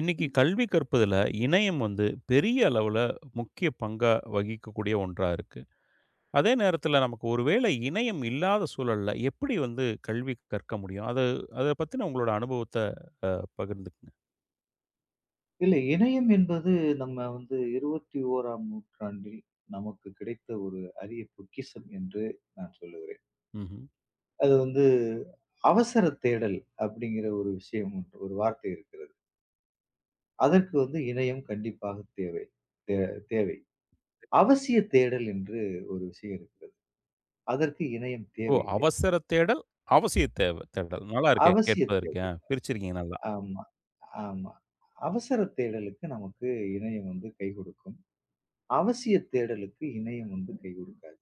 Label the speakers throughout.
Speaker 1: இன்னைக்கு கல்வி கற்பதில் இணையம் வந்து பெரிய அளவில் முக்கிய பங்கா வகிக்கக்கூடிய ஒன்றா இருக்கு. அதே நேரத்தில் நமக்கு ஒருவேளை இணையம் இல்லாத சூழல்ல எப்படி வந்து கல்வி கற்க முடியும்? அதை பத்தின உங்களோட அனுபவத்தை பகிர்ந்துக்குங்க.
Speaker 2: இல்ல. இணையம் என்பது நம்ம வந்து 21ஆம் நூற்றாண்டில் நமக்கு கிடைத்த ஒரு அரிய பொக்கிஷம் என்று நான் சொல்லுகிறேன்.
Speaker 1: ம்ஹும்.
Speaker 2: அது வந்து அவசர தேடல் அப்படிங்கிற ஒரு விஷயம் ஒன்று ஒரு வார்த்தை இருக்கிறது. அதற்கு வந்து இணையம் கண்டிப்பாக தேவை தே தேவை. அவசிய தேடல் என்று ஒரு விஷயம் இருக்கிறது. அதற்கு இணையம்
Speaker 1: ஓ,
Speaker 2: தேவையில்லை.
Speaker 1: அவசர தேடல், அவசிய தேவை தேடல், நல்லா இருக்கே
Speaker 2: அவசிய
Speaker 1: கேட்பதற்கு. ஆ,
Speaker 2: தேடல்.
Speaker 1: பிரிச்சிருக்கீங்க நல்லா.
Speaker 2: ஆமா, ஆமா. அவசர தேடலுக்கு நமக்கு இணையம் வந்து கை கொடுக்கும். அவசிய தேடலுக்கு இணையம் வந்து கை கொடுக்காது.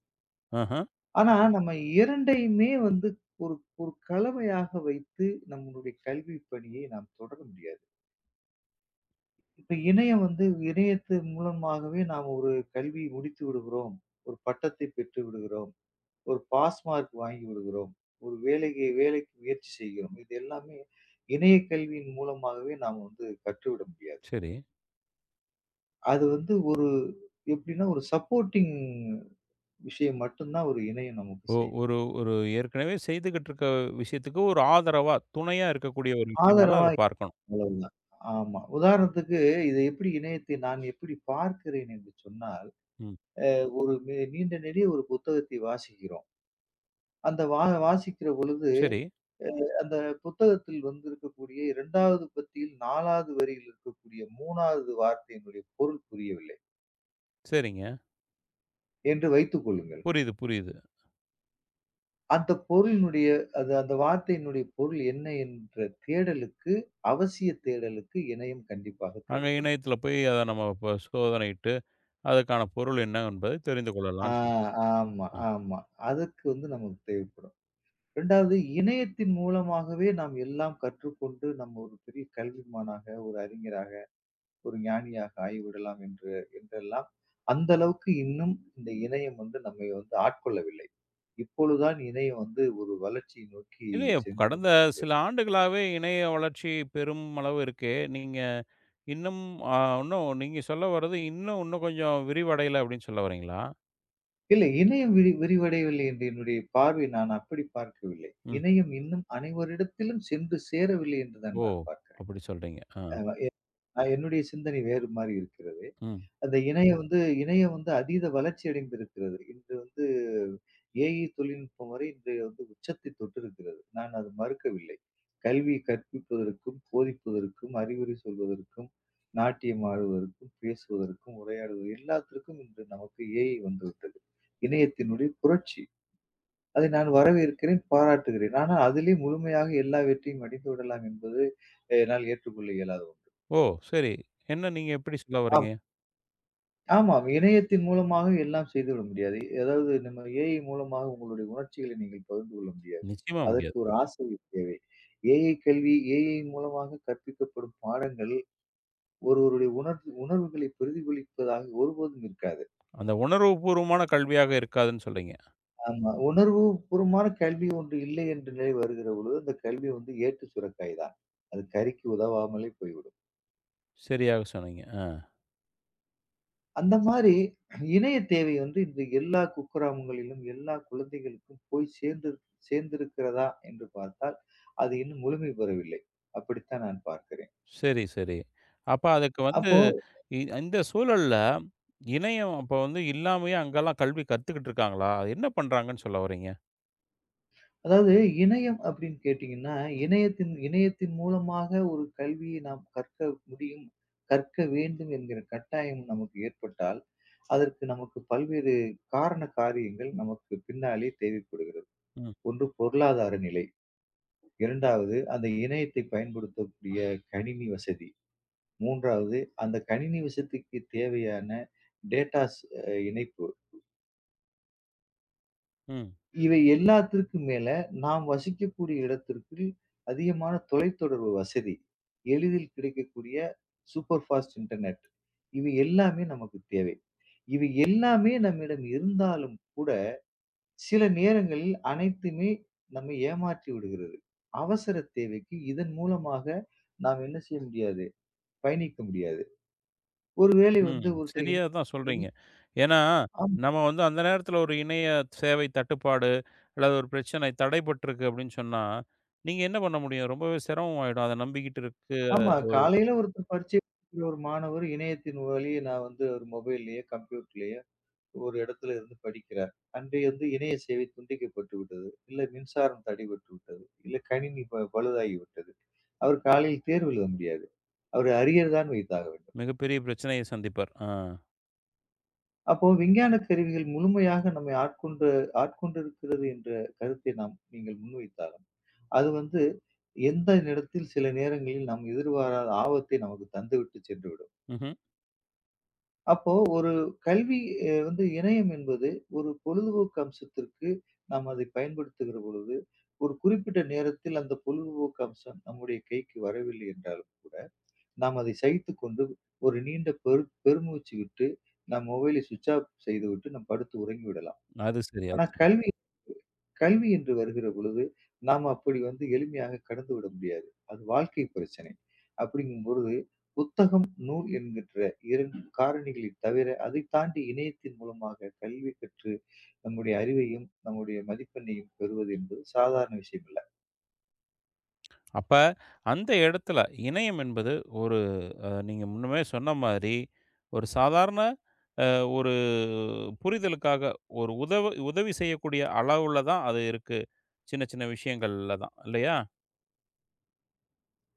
Speaker 1: ஆஹா.
Speaker 2: ஆனா, நம்ம 2யுமே வந்து ஒரு ஒரு கலவையாக வைத்து நம்மளுடைய கல்வி பணியை நாம் தொடர முடியாது. இப்ப இணையம் வந்து இணையத்து மூலமாகவே நாம் ஒரு கல்வி முடித்து விடுகிறோம். ஒரு பட்டத்தை பெற்று விடுகிறோம். ஒரு பாஸ் மார்க் வாங்கி விடுகிறோம். ஒரு வேலைக்கு வேலைக்கு முயற்சி செய்கிறோம். இது எல்லாமே இணைய கல்வியின் மூலமாகவே நாம் வந்து கற்றுவிட முடியாது.
Speaker 1: சரி.
Speaker 2: அது வந்து ஒரு எப்படின்னா ஒரு சப்போர்ட்டிங் விஷயம் மட்டும் தான் ஒரு இணையம் நமக்கு
Speaker 1: ஓ,
Speaker 2: செய்யும்.
Speaker 1: ஒரு ஒரு ஏற்கனவே செய்துகிட்டு இருக்க விஷயத்துக்கு ஒரு ஆதரவா துணையா இருக்கக்கூடிய ஒரு விஷயமா தான்
Speaker 2: ஆதரவா
Speaker 1: அதை பார்க்கணும்.
Speaker 2: இருக்கும் அவ்வளவுதான். ஆமா. உதாரணத்துக்கு இதை எப்படி இணையத்தை நான் எப்படி பார்க்கிறேன் என்று சொன்னால்,
Speaker 1: ம்.
Speaker 2: ஒரு நீண்ட நெடிய ஒரு புத்தகத்தை வாசிக்கிறோம். அந்த வாசிக்கிற பொழுது,
Speaker 1: சரி.
Speaker 2: அ அந்த புத்தகத்தில் வந்திருக்கக்கூடிய 2வது பத்தியில் 4வது வரியில் இருக்கக்கூடிய 3வது வார்த்தையினுடைய பொருள் புரியவில்லை
Speaker 1: சரிங்க.
Speaker 2: என்று வைத்துக் கொள்ளுங்கள்.
Speaker 1: புரியுது புரியுது.
Speaker 2: அந்த பொருளினுடைய அது அந்த வார்த்தையினுடைய பொருள் என்ன என்ற தேடலுக்கு அவசிய தேடலுக்கு இணையம் கண்டிப்பாக
Speaker 1: அங்க
Speaker 2: தேவைப்படும்.
Speaker 1: இணையத்துல போய் அத நம்ம இப்ப சோதனையிட்டு, அதற்கான பொருள் என்ன என்பதை தெரிந்து
Speaker 2: ஆ,
Speaker 1: கொள்ளலாம்ன்னு சொல்லி.
Speaker 2: ஆமா,
Speaker 1: அ.
Speaker 2: ஆமா. அதுக்கு வந்து நமக்கு தேவைப்படும். 2வது இணையத்தின் மூலமாகவே நாம் எல்லாம் கற்றுக்கொண்டு, நம்ம ஒரு பெரிய கல்விமானாக, ஒரு அறிஞராக, ஒரு ஞானியாக ஆகிவிடலாம் என்று என்றெல்லாம் அந்த அளவுக்கு இன்னும் இந்த இணையம் வந்து நம்மை வந்து ஆட்கொள்ளவில்லை. இப்பொழுதுதான் இணையம் வந்து ஒரு வளர்ச்சியை நோக்கி
Speaker 1: இது
Speaker 2: சென்று
Speaker 1: கடந்த
Speaker 2: கொண்டு
Speaker 1: சில ஆண்டுகளாவே இணைய வளர்ச்சி பெரும் அளவு இருக்கே! நீங்க இன்னும் அ இன்னும் நீங்க சொல்ல வர்றது இன்னும் இன்னும் கொஞ்சம் விரிவடையல அப்படின்னு சொல்ல வர்றீங்களா?
Speaker 2: இல்லை இணையம் விரிவடையவில்லை என்று என்னுடைய பார்வை நான் அப்படி பார்க்கவில்லை.
Speaker 1: ம்.
Speaker 2: இணையம் இன்னும் அனைவரிடத்திலும் சென்று சேரவில்லை என்று தான்
Speaker 1: ஓ!
Speaker 2: நான் பார்க்கிறேன்.
Speaker 1: அப்படி சொல்றீங்க. ஆ.
Speaker 2: நான் என்னுடைய சிந்தனை வேறு மாரி இருக்கிறது.
Speaker 1: ம்.
Speaker 2: அந்த இணையம் வந்து அதீத வளர்ச்சி அடைந்திருக்கிறது. இன்று வந்து ஏஐ தொழில்நுட்பம் வரை இன்றைய வந்து உச்சத்தை தொட்டிருக்கிறது. நான் அது மறுக்கவில்லை. கல்வி கற்பிப்பதற்கும், போதிப்பதற்கும், அறிவுரை சொல்வதற்கும், நாட்டியம் ஆடுவதற்கும், பேசுவதற்கும், உரையாடுவது எல்லாத்திற்கும் இன்று நமக்கு ஏஐ வந்துவிட்டது. இணையத்தினுடைய புரட்சி. அதை நான் வரவேற்கிறேன், பாராட்டுகிறேன். ஆனா அதிலே முழுமையாக எல்லா வெற்றியும் அடைந்து விடலாம் என்பது என்னால் ஏற்றுக்கொள்ள இயலாத ஒன்று.
Speaker 1: ஓ! சரி. என்ன நீங்க எப்படி சொல்ல வர்றீங்க?
Speaker 2: ஆமாம். இணையத்தின் மூலமாக எல்லாம் செய்துவிட முடியாது. அதாவது நம்ம ஏஐ மூலமாக உங்களுடைய உணர்ச்சிகளை நீங்கள் பகிர்ந்து கொள்ள முடியாது.
Speaker 1: நிச்சயமா
Speaker 2: அதற்கு
Speaker 1: முடியாது.
Speaker 2: ஒரு ஆசிரியர் தேவை. ஏஐ கல்வி, ஏஐ மூலமாக கற்பிக்கப்படும் பாடங்கள் ஒருவருடைய உணர்வுகளை பிரதிபலிப்பதாக ஒருபோதும் இருக்காது.
Speaker 1: அந்த உணர்வுபூர்வமான கல்வியாக இருக்காதுன்னு சொல்றீங்க.
Speaker 2: ஆமா. உணர்வு பூர்வமான கல்வி ஒன்று இல்லை என்ற நிலை வருகிற பொழுது, அந்த கல்வி வந்து ஏட்டு சுரைக்காய் தான். அது கறிக்கு உதவாமலே போய்விடும்.
Speaker 1: சரியாக சொன்னீங்க. ஆ.
Speaker 2: அந்த மாரி இணைய தேவை வந்து இந்த எல்லா குக்கிராமங்களிலும், எல்லா குழந்தைகளுக்கும் போய் சேர்ந்து சேர்ந்திருக்கிறதா என்று பார்த்தால், அது இன்னும் முழுமை பெறவில்லை. அப்படித்தான் நான் பார்க்கிறேன்.
Speaker 1: சரி, சரி. அப்ப அதுக்கு வந்து
Speaker 2: அப்போ
Speaker 1: இந்த சூழல்ல இணையம் அப்ப வந்து இல்லாமயே அங்கலாம் கல்வி கத்துக்கிட்டு இருக்காங்களா? அது என்ன பண்றாங்கன்னு சொல்ல வர்றீங்க?
Speaker 2: அதாவது இணையம் அப்படின்னு கேட்டீங்கன்னா, இணையத்தின் இணையத்தின் மூலமாக ஒரு கல்வியை நாம் கற்க முடியும், கற்க வேண்டும் என்கிற கட்டாயம் நமக்கு ஏற்பட்டால், அதற்கு நமக்கு பல்வேறு காரண காரியங்கள் நமக்கு பின்னாலே தேவைப்படுகிறது.
Speaker 1: ம்,
Speaker 2: ஒன்று பொருளாதார நிலை. 2வது அந்த இணையத்தை பயன்படுத்தக்கூடிய கணினி வசதி. 3வது அந்த கணினி வசதிக்கு தேவையான டேட்டாஸ் இணைப்பு.
Speaker 1: ம்,
Speaker 2: இவை எல்லாத்திற்கும் மேல நாம் வசிக்கக்கூடிய இடத்திற்கு அதிகமான தொலைத்தொடர்பு வசதி. எளிதில் கிடைக்கக்கூடிய சூப்பர் ஃபாஸ்ட் இன்டர்நெட். இவை எல்லாமே நமக்கு தேவை. இவை எல்லாமே நம்மிடம் இருந்தாலும் கூட, சில நேரங்களில் அனைத்துமே நம்மை ஏமாற்றி விடுகிறது. அவசர தேவைக்கு இதன் மூலமாக நாம் என்ன செய்ய முடியாது? பயணிக்க முடியாது. ஒருவேளை
Speaker 1: ம்.
Speaker 2: வந்து ஒருத்தர்
Speaker 1: சரியா
Speaker 2: இணை
Speaker 1: தான் சொல்றீங்க.
Speaker 2: இணை
Speaker 1: ஏன்னா,
Speaker 2: ஆம்
Speaker 1: நம்ம வந்து அந்த நேரத்துல ஒரு இணைய சேவை தட்டுப்பாடு, அல்லது ஒரு பிரச்சனை தடைபட்டுருக்கு அப்படின்னு சொன்னா, நீங்க என்ன பண்ண முடியும்? ரொம்பவே சிரமமாயிடும். அத நம்பிக்கிட்டு இருக்க
Speaker 2: ஆமா.
Speaker 1: ஒரு
Speaker 2: காலையில ஒருத்தர் பரீட்சை எழுதுற ஒரு மாணவர் இணையத்தின் வழியே நான் வந்து ஒரு மொபைல்லயோ, கம்ப்யூட்டர்லயோ ஒரு இடத்துல இருந்து படிக்கிறார். அன்று வந்து இணைய சேவை துண்டிக்கப்பட்டு விட்டது. இல்ல மின்சாரம் தடைபட்டு விட்டது. இல்ல கணினி பழுதாகி விட்டது. அவர் காலையில் தேர்வு எழுத முடியாது. அவர் அரியர் தான் வைத்தாக வேண்டும்.
Speaker 1: மிகப்பெரிய பிரச்சனைய சந்திப்பார். ஆ.
Speaker 2: அப்போ விஞ்ஞான கருவிகள் முழுமையாக நம்மை ஆட்கொண்டிருக்கிறது என்ற கருத்தை நாம் நீங்கள் முன்வைத்தாலும் அது வந்து எந்த நேரத்தில் சில நேரங்களில் நாம் எதிர்பாராத ஆபத்தை நமக்கு தந்துவிட்டு சென்றுவிடும்.
Speaker 1: ம்ஹ்ம்.
Speaker 2: அப்போ ஒரு கல்வி வந்து இணையம் என்பது ஒரு பொழுதுபோக்கு அம்சத்திற்கு நாம் அதை பயன்படுத்துகிற பொழுது, ஒரு குறிப்பிட்ட நேரத்தில் அந்த பொழுதுபோக்கு அம்சம் நம்முடைய கைக்கு வரவில்லை என்றாலும் கூட, நாம் அதை சகித்துக்கொண்டு ஒரு நீண்ட பெருமூச்சு விட்டு, நம் மொபைலை ஸ்விட்ச் ஆஃப் செய்துவிட்டு நாம் படுத்து உறங்கிவிடலாம்.
Speaker 1: அது சரி, அது
Speaker 2: ஆனா
Speaker 1: சரி.
Speaker 2: கல்வி கல்வி என்று வருகிற பொழுது, நாம் அப்படி வந்து எளிமையாக கடந்து விட முடியாது. அது வாழ்க்கை பிரச்சனை. அப்படிங்கும்பொழுது, புத்தகம், நூல் என்கின்ற 2 காரணிகளை தவிர, அதை தாண்டி இணையத்தின் மூலமாக கல்வி கற்று நம்முடைய அறிவையும், நம்முடைய மதிப்பெண்ணையும் பெறுவது என்பது சாதாரண விஷயம் அல்ல.
Speaker 1: அப்ப அந்த இடத்துல இணையம் என்பது ஒரு நீங்க முன்னமே சொன்ன மாதிரி, ஒரு சாதாரண அ ஒரு புரிதலுக்காக ஒரு உதவி செய்யக்கூடிய அளவுல தான் அது இருக்கு. சின்ன சின்ன விஷயங்கள்ல தான். இல்லையா?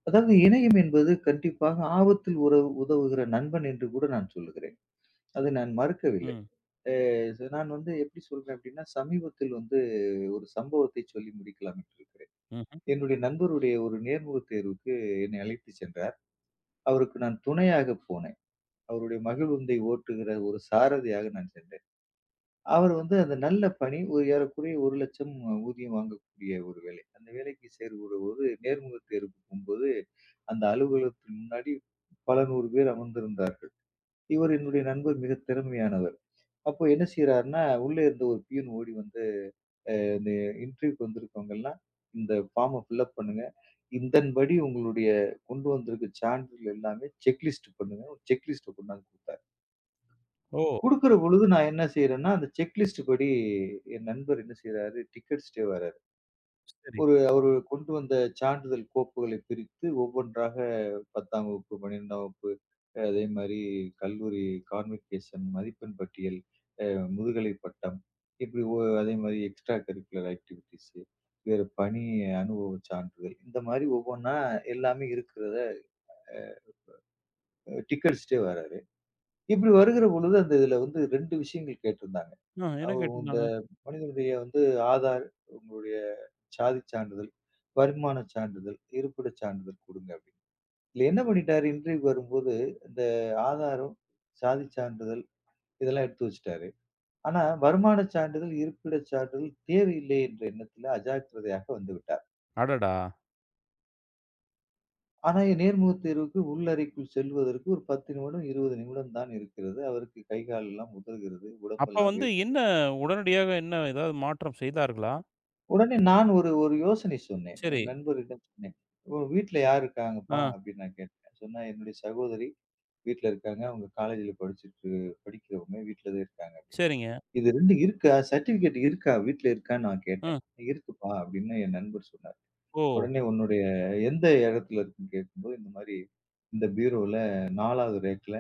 Speaker 2: அதாவது இணையம் என்பது கண்டிப்பாக ஆபத்தில் உதவுகிற நண்பன் என்று கூட நான் சொல்லுகிறேன். அதை நான் மறுக்கவில்லை.
Speaker 1: ம்.
Speaker 2: நான் வந்து எப்படி சொல்றேன் அப்படின்னா, சமீபத்தில் வந்து ஒரு சம்பவத்தை சொல்லி முடிக்கலாம் என்று இருக்கிறேன்.
Speaker 1: ம்ஹ்ம்.
Speaker 2: என்னுடைய நண்பருடைய ஒரு நேர்முகத் தேர்வுக்கு என்னை அழைத்துச் சென்றார். அவருக்கு நான் துணையாக போனேன். அவருடைய மகிழுந்தை ஓட்டுகிற ஒரு சாரதியாக நான் சென்றேன். அவர் வந்து அந்த நல்ல பணி ஒரு ஏறக்குறைய 1,00,000 ஊதியம் வாங்கக்கூடிய ஒரு வேலை. அந்த வேலைக்கு சேர்கிறபோது நேர்முகத் தேர்வுக்கு போகும்போது, அந்த அலுவலகத்தின் முன்னாடி பல 100 பேர் அமர்ந்திருந்தார்கள். இவர் என்னுடைய நண்பர் மிகத் திறமையானவர். அப்போ என்ன செய்றார்ன்னா, உள்ளே இருந்த ஒரு பியூன் ஓடி வந்து இந்த இன்டர்வியூக்கு வந்திருக்கவங்கலாம் இந்த ஃபார்மை ஃபில்அப் பண்ணுங்க. இதன்படி உங்களுடைய கொண்டு வந்திருக்க சான்றிதழ் எல்லாமே செக்லிஸ்ட் பண்ணுங்க. ஒரு செக்லிஸ்ட்ட கொண்டாந்து குடுத்தாரு.
Speaker 1: ஓ!
Speaker 2: குடுக்குற பொழுது நான் என்ன செய்றேன்னா, அந்த செக்லிஸ்ட் படி என் நண்பர் என்ன செய்றாரு, டிக்கெட்ஸ்
Speaker 1: சரி.
Speaker 2: ஒரு அவரு கொண்டு வந்த சான்றிதழ் கோப்புகளை பிரித்து ஒவ்வொன்றாக 10ஆம் வகுப்பு, 12ஆம் வகுப்பு, அதே மாரி கல்லூரி கான்வகேஷன் மதிப்பெண் பட்டியல், அ முதுகலை பட்டம், இப்படி அதே மாரி எக்ஸ்ட்ரா கரிக்குலர் ஆக்டிவிட்டீஸ், வேற பணி அனுபவ சான்றிதழ், இந்த மாரி ஒவ்வொன்னா எல்லாமே இருக்கிறத டிக்கடிச்சுட்டே வராரு. இப்படி வருகிற பொழுது அந்த இதுல வந்து 2 விஷயங்கள் கேட்டிருந்தாங்க.
Speaker 1: ஆ, என்ன
Speaker 2: அவ இந்த
Speaker 1: கேட்டிருந்தாங்க?
Speaker 2: மனிதனுடைய வந்து ஆதார், உங்களுடைய சாதிச் சான்றிதழ், வருமானச் சான்றிதழ், இருப்பிடச் சான்றிதழ் குடுங்க அப்படின்னு. இதுல என்ன பண்ணிட்டாரு இன்டர்வியூக்கு வரும்போது, இந்த ஆதாரம், சாதிச் சான்றிதழ் இதெல்லாம் எடுத்து வச்சுட்டாரு. ஆனா, வருமானச் சான்றிதழ், இருப்பிடச் சான்றிதழ் தேவையில்லை என்ற எண்ணத்தில அஜாக்கிரதையாக வந்துவிட்டார்.
Speaker 1: அடடா!
Speaker 2: ஆனா, நேர்முகத் தேர்வுக்கு உள்ளறைக்குள் செல்வதற்கு ஒரு 10 நிமிடம், 20 நிமிடம் தான் இருக்கிறது. அவருக்கு கை, கால் எல்லாம் உதறுகிறது,
Speaker 1: அப்ப
Speaker 2: உடம்பெல்லாம்
Speaker 1: வந்து
Speaker 2: வேர்க்கிறது.
Speaker 1: உடனடியாக என்ன ஏதாவது மாற்றம் செய்தார்களா?
Speaker 2: உடனே நான் ஒரு ஒரு யோசனை சொன்னேன்.
Speaker 1: சரி.
Speaker 2: என் நண்பரிடம் சொன்னேன். "உங்க வீட்ல யார் இருக்காங்கப்பா?"
Speaker 1: ஆ.
Speaker 2: அப்படின்னு நான் கேட்டேன். சொன்னா, "என்னுடைய சகோதரி வீட்ல இருக்காங்க. அவங்க காலேஜ்ல படிச்சுட்டு படிக்கிறவங்க வீட்ல தான் இருக்காங்க" அப்படின்னு.
Speaker 1: சரிங்க.
Speaker 2: "இது 2 இருக்கா? சர்டிபிகேட் இருக்கா? வீட்ல இருக்கான்னு?" நான் கேட்டேன்.
Speaker 1: ம்.
Speaker 2: "இருக்குப்பா" அப்படின்னு என் நண்பர் சொன்னார்.
Speaker 1: ஓ!
Speaker 2: உடனே "உன்னுடைய எந்த இடத்துல இருக்குன்னு?" கேட்கும்போது, இந்த மாரி இந்த பீரோல 4வது ரேக்ல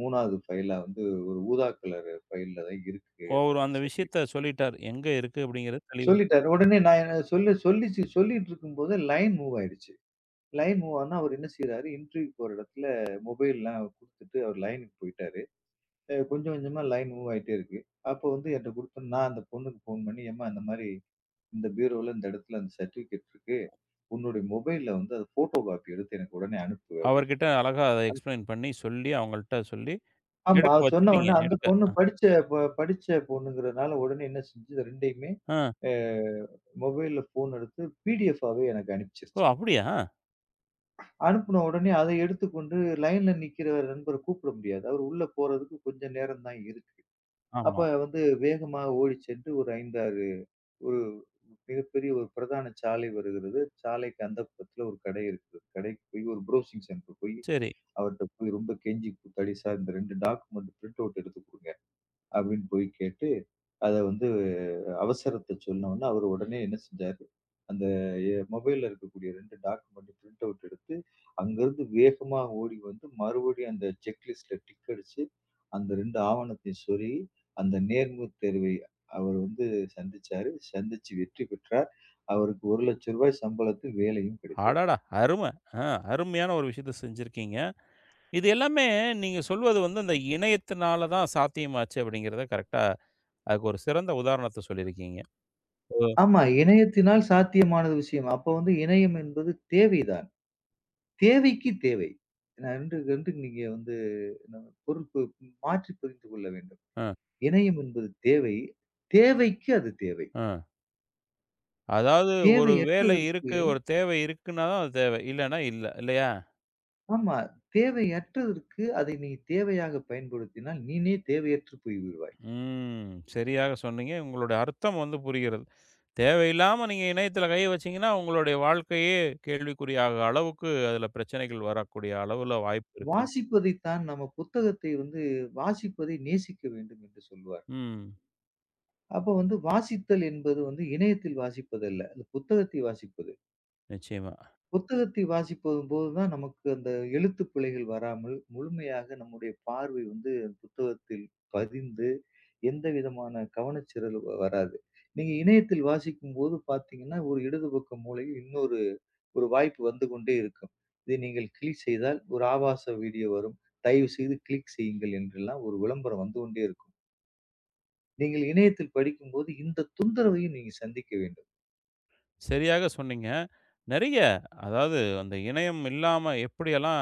Speaker 2: 3வது ஃபைலா வந்து ஒரு ஊதா கலர் ஃபைல்ல தான் இருக்கு அந்த
Speaker 1: அவரு
Speaker 2: 2
Speaker 1: அந்த
Speaker 2: சர்டிபிகேட்.
Speaker 1: விஷயத்த சொல்லிட்டார். எங்க இருக்கு அப்படிங்கிறது தெளிவா.
Speaker 2: சொல்லிட்டாரு. உடனே நான் என்ன சொல்லிட்டு இருக்கும்போது லைன் மூவ் ஆயிடுச்சு. லைன் மூவ் ஆனா அவரு என்ன செய்றாரு, இன்டர்வியூ போற இடத்துல மொபைல்லாம் குடுத்துட்டு அவர் லைனுக்கு போயிட்டாரு. கொஞ்சம் கொஞ்சமா லைன் மூவ் ஆயிட்டே இருக்கு. அப்போ வந்து என்ட்ட குடுத்து நான் அந்த பொண்ணுக்கு ஃபோன் பண்ணி, "ஏம்மா இந்த மாரி இந்த பீரோல இந்த இடத்துல அந்த சர்டிபிகேட் இருக்கு. உன்னுடைய மொபைல்ல வந்து அது போட்டோ காப்பி எடுத்து எனக்கு உடனே அனுப்பு"
Speaker 1: அவர்கிட்ட
Speaker 2: அப்படின்றேன்.
Speaker 1: அழகா அத
Speaker 2: அந்
Speaker 1: எக்ஸ்ப்ளைன் பண்ணி சொல்லி, அவங்கள்ட்ட சொல்லி,
Speaker 2: ஆமா.
Speaker 1: எடுக்க
Speaker 2: அது சொன்ன
Speaker 1: வச்சுட்டீங்க.
Speaker 2: உடனே அந்த பொண்ணு படிச்ச படிச்ச பொண்ணுங்கிறனால உடனே என்ன செஞ்சு, இது 2யுமே
Speaker 1: ஆ.
Speaker 2: அ மொபைல்ல ஃபோன் எடுத்து பிடிஎஃப் ஆவே எனக்கு
Speaker 1: ஓ!
Speaker 2: அனுப்பிச்சிருச்சு.
Speaker 1: அப்படியா?
Speaker 2: அனுப்புன உடனே அத எடுத்துக்கொண்டு லைன்ல நிக்கிற நண்பர கூப்பிட முடியாது. அவரு உள்ள போறதுக்கு கொஞ்சம் நேரம் தான் இருக்கு. அப்ப
Speaker 1: ஆமா.
Speaker 2: வந்து வேகமா ஓடிச் சென்று ஒரு 5, 6 ஒரு மிகப்பெரிய ஒரு பிரதான சாலை வருகிறது. சாலைக்கு அந்தப் புறத்துல ஒரு கடை இருக்குது. கடைக்கு போய் ஒரு ப்ரௌசிங் சென்டர் போய்
Speaker 1: சரி.
Speaker 2: அவர்ட்ட போய் ரொம்ப கெஞ்சி கூத்தாடி, "சார் இந்த 2 டாக்குமெண்ட் பிரிண்ட் அவுட் எடுத்துக் குடுங்க." அப்படின்னு போய் கேட்டு, அத வந்து அவசரத்த சொன்னவுனே, அவரு உடனே என்ன செஞ்சாரு, அந்த மொபைல்ல இருக்கக்கூடிய 2 டாக்குமெண்ட் பிரிண்ட் அவுட் எடுத்து, அங்கருந்து வேகமா ஓடி வந்து மறுபடியும் அந்த செக் லிஸ்ட்ல டிக் அடிச்சு, அந்த 2 ஆவணத்தையும் சொருகி, அந்த நேர்முகத் தேர்வை அவர் வந்து சந்திச்சாரு. சந்திச்சு வெற்றி பெற்றார். அவருக்கு ரூ. 1,00,000 சம்பளத்தில் வேலையும் கிடைத்தது.
Speaker 1: அடடா! அரும. ஆ, அருமையான ஒரு விஷயத்த செஞ்சிருக்கீங்க. இது எல்லாமே நீங்க சொல்வது வந்து அந்த இணையத்தினால தான் சாத்தியமாச்சு அப்படிங்கிறத கரெக்ட்டா. அதுக்கு ஒரு சிறந்த உதாரணத்த சொல்லியிருக்கீங்க. ஓ!
Speaker 2: ஆமா, இணையத்தினால் சாத்தியமான விஷயம். அப்ப வந்து இணையம் என்பது தேவை தான். தேவைக்கு தேவை. நான் 2 நீங்க வந்து நான் பொருள் மாற்றி புரிந்து கொள்ள வேண்டும்.
Speaker 1: அ,
Speaker 2: இணையம் என்பது தேவை. தேவைக்கு அது தேவை.
Speaker 1: அ. அதாவது ஒரு வேலை
Speaker 2: தேவையற்றதற்கு
Speaker 1: இருக்கு, ஒரு தேவை இருக்குன்னா தான் அது தேவை. இல்லன்னா இல்ல. இல்லையா?
Speaker 2: ஆமா. தேவையற்றதற்கு அதை நீ தேவையாக பயன்படுத்தினால், நீனே தேவையற்று போய்விடுவாய்.
Speaker 1: ம். சரியாக சொன்னீங்க. உங்களுடைய அர்த்தம் வந்து புரிகிறது. தேவையில்லாம நீங்க இணையத்தில கைய வச்சீங்கன்னா, உங்களுடைய வாழ்க்கையே கேள்விக்குறியாகிற அளவுக்கு அதில பிரச்சனைகள் வரக்கூடிய அளவுல வாய்ப்பு இருக்கு.
Speaker 2: வாசிப்பதைத் தான் நம்ம புத்தகத்தை வந்து வாசிப்பதை நேசிக்க வேண்டும் என்று சொல்வார்கள்.
Speaker 1: ம்.
Speaker 2: அப்ப வந்து வாசித்தல் என்பது வந்து இணையத்தில் வாசிப்பதல்ல. அது புத்தகத்தை வாசிப்பது.
Speaker 1: நிச்சயமா.
Speaker 2: புத்தகத்தை வாசிப்பதும் போது தான் நமக்கு அந்த எழுத்து பிழைகள் வராமல் முழுமையாக நம்முடைய பார்வை வந்து புத்தகத்தில் பதிந்து எந்த விதமான கவனச்சிதறல் வராது நீங்க இணையத்தில் வாசிக்கும் போது பாத்தீங்கன்னா ஒரு இடது பக்க மூலையில் இன்னொரு ஒரு வாய்ப்பு வந்து கொண்டே இருக்கும் இதை நீங்கள் கிளிக் செய்தால் ஒரு ஆபாச வீடியோ வரும் தயவு செய்து கிளிக் செய்யுங்கள் என்றெல்லாம் ஒரு விளம்பரம் வந்து கொண்டே இருக்கும் நீங்கள் இணையத்தில் படிக்கும்போது இந்த தொந்தரவையும் நீங்க சந்திக்க வேண்டும்.
Speaker 1: சரியாக சொன்னீங்க. நெறைய அதாவது அந்த இணையம் இல்லாம எப்படியெல்லாம்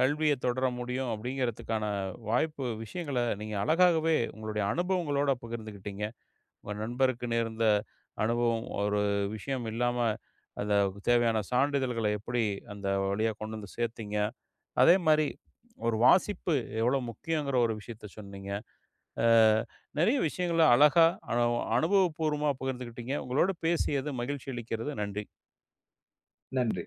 Speaker 1: கல்விய தொடர முடியும் அப்படிங்கிறதுக்கான வாய்ப்பு விஷயங்கள நீங்க அழகாகவே உங்களுடைய அனுபவங்களோட பகிர்ந்துக்கிட்டீங்க. உங்க நண்பருக்கு நேர்ந்த அனுபவம் ஒரு விஷயம் இல்லாம, அந்த தேவையான சான்றிதழ்கள எப்படி அந்த வழியா கொண்டு வந்து சேர்த்தீங்க? அதேமாரி ஒரு வாசிப்பு எவ்வளோ முக்கியங்கிற ஒரு விஷயத்த சொன்னீங்க. அ நெறைய விஷயங்கள அழகா அனு அனுபவபூர்வமா பகிர்ந்துக்கிட்டீங்க. உங்களோட பேசியது மகிழ்ச்சி அளிக்கிறது. நன்றி.
Speaker 2: நன்றி.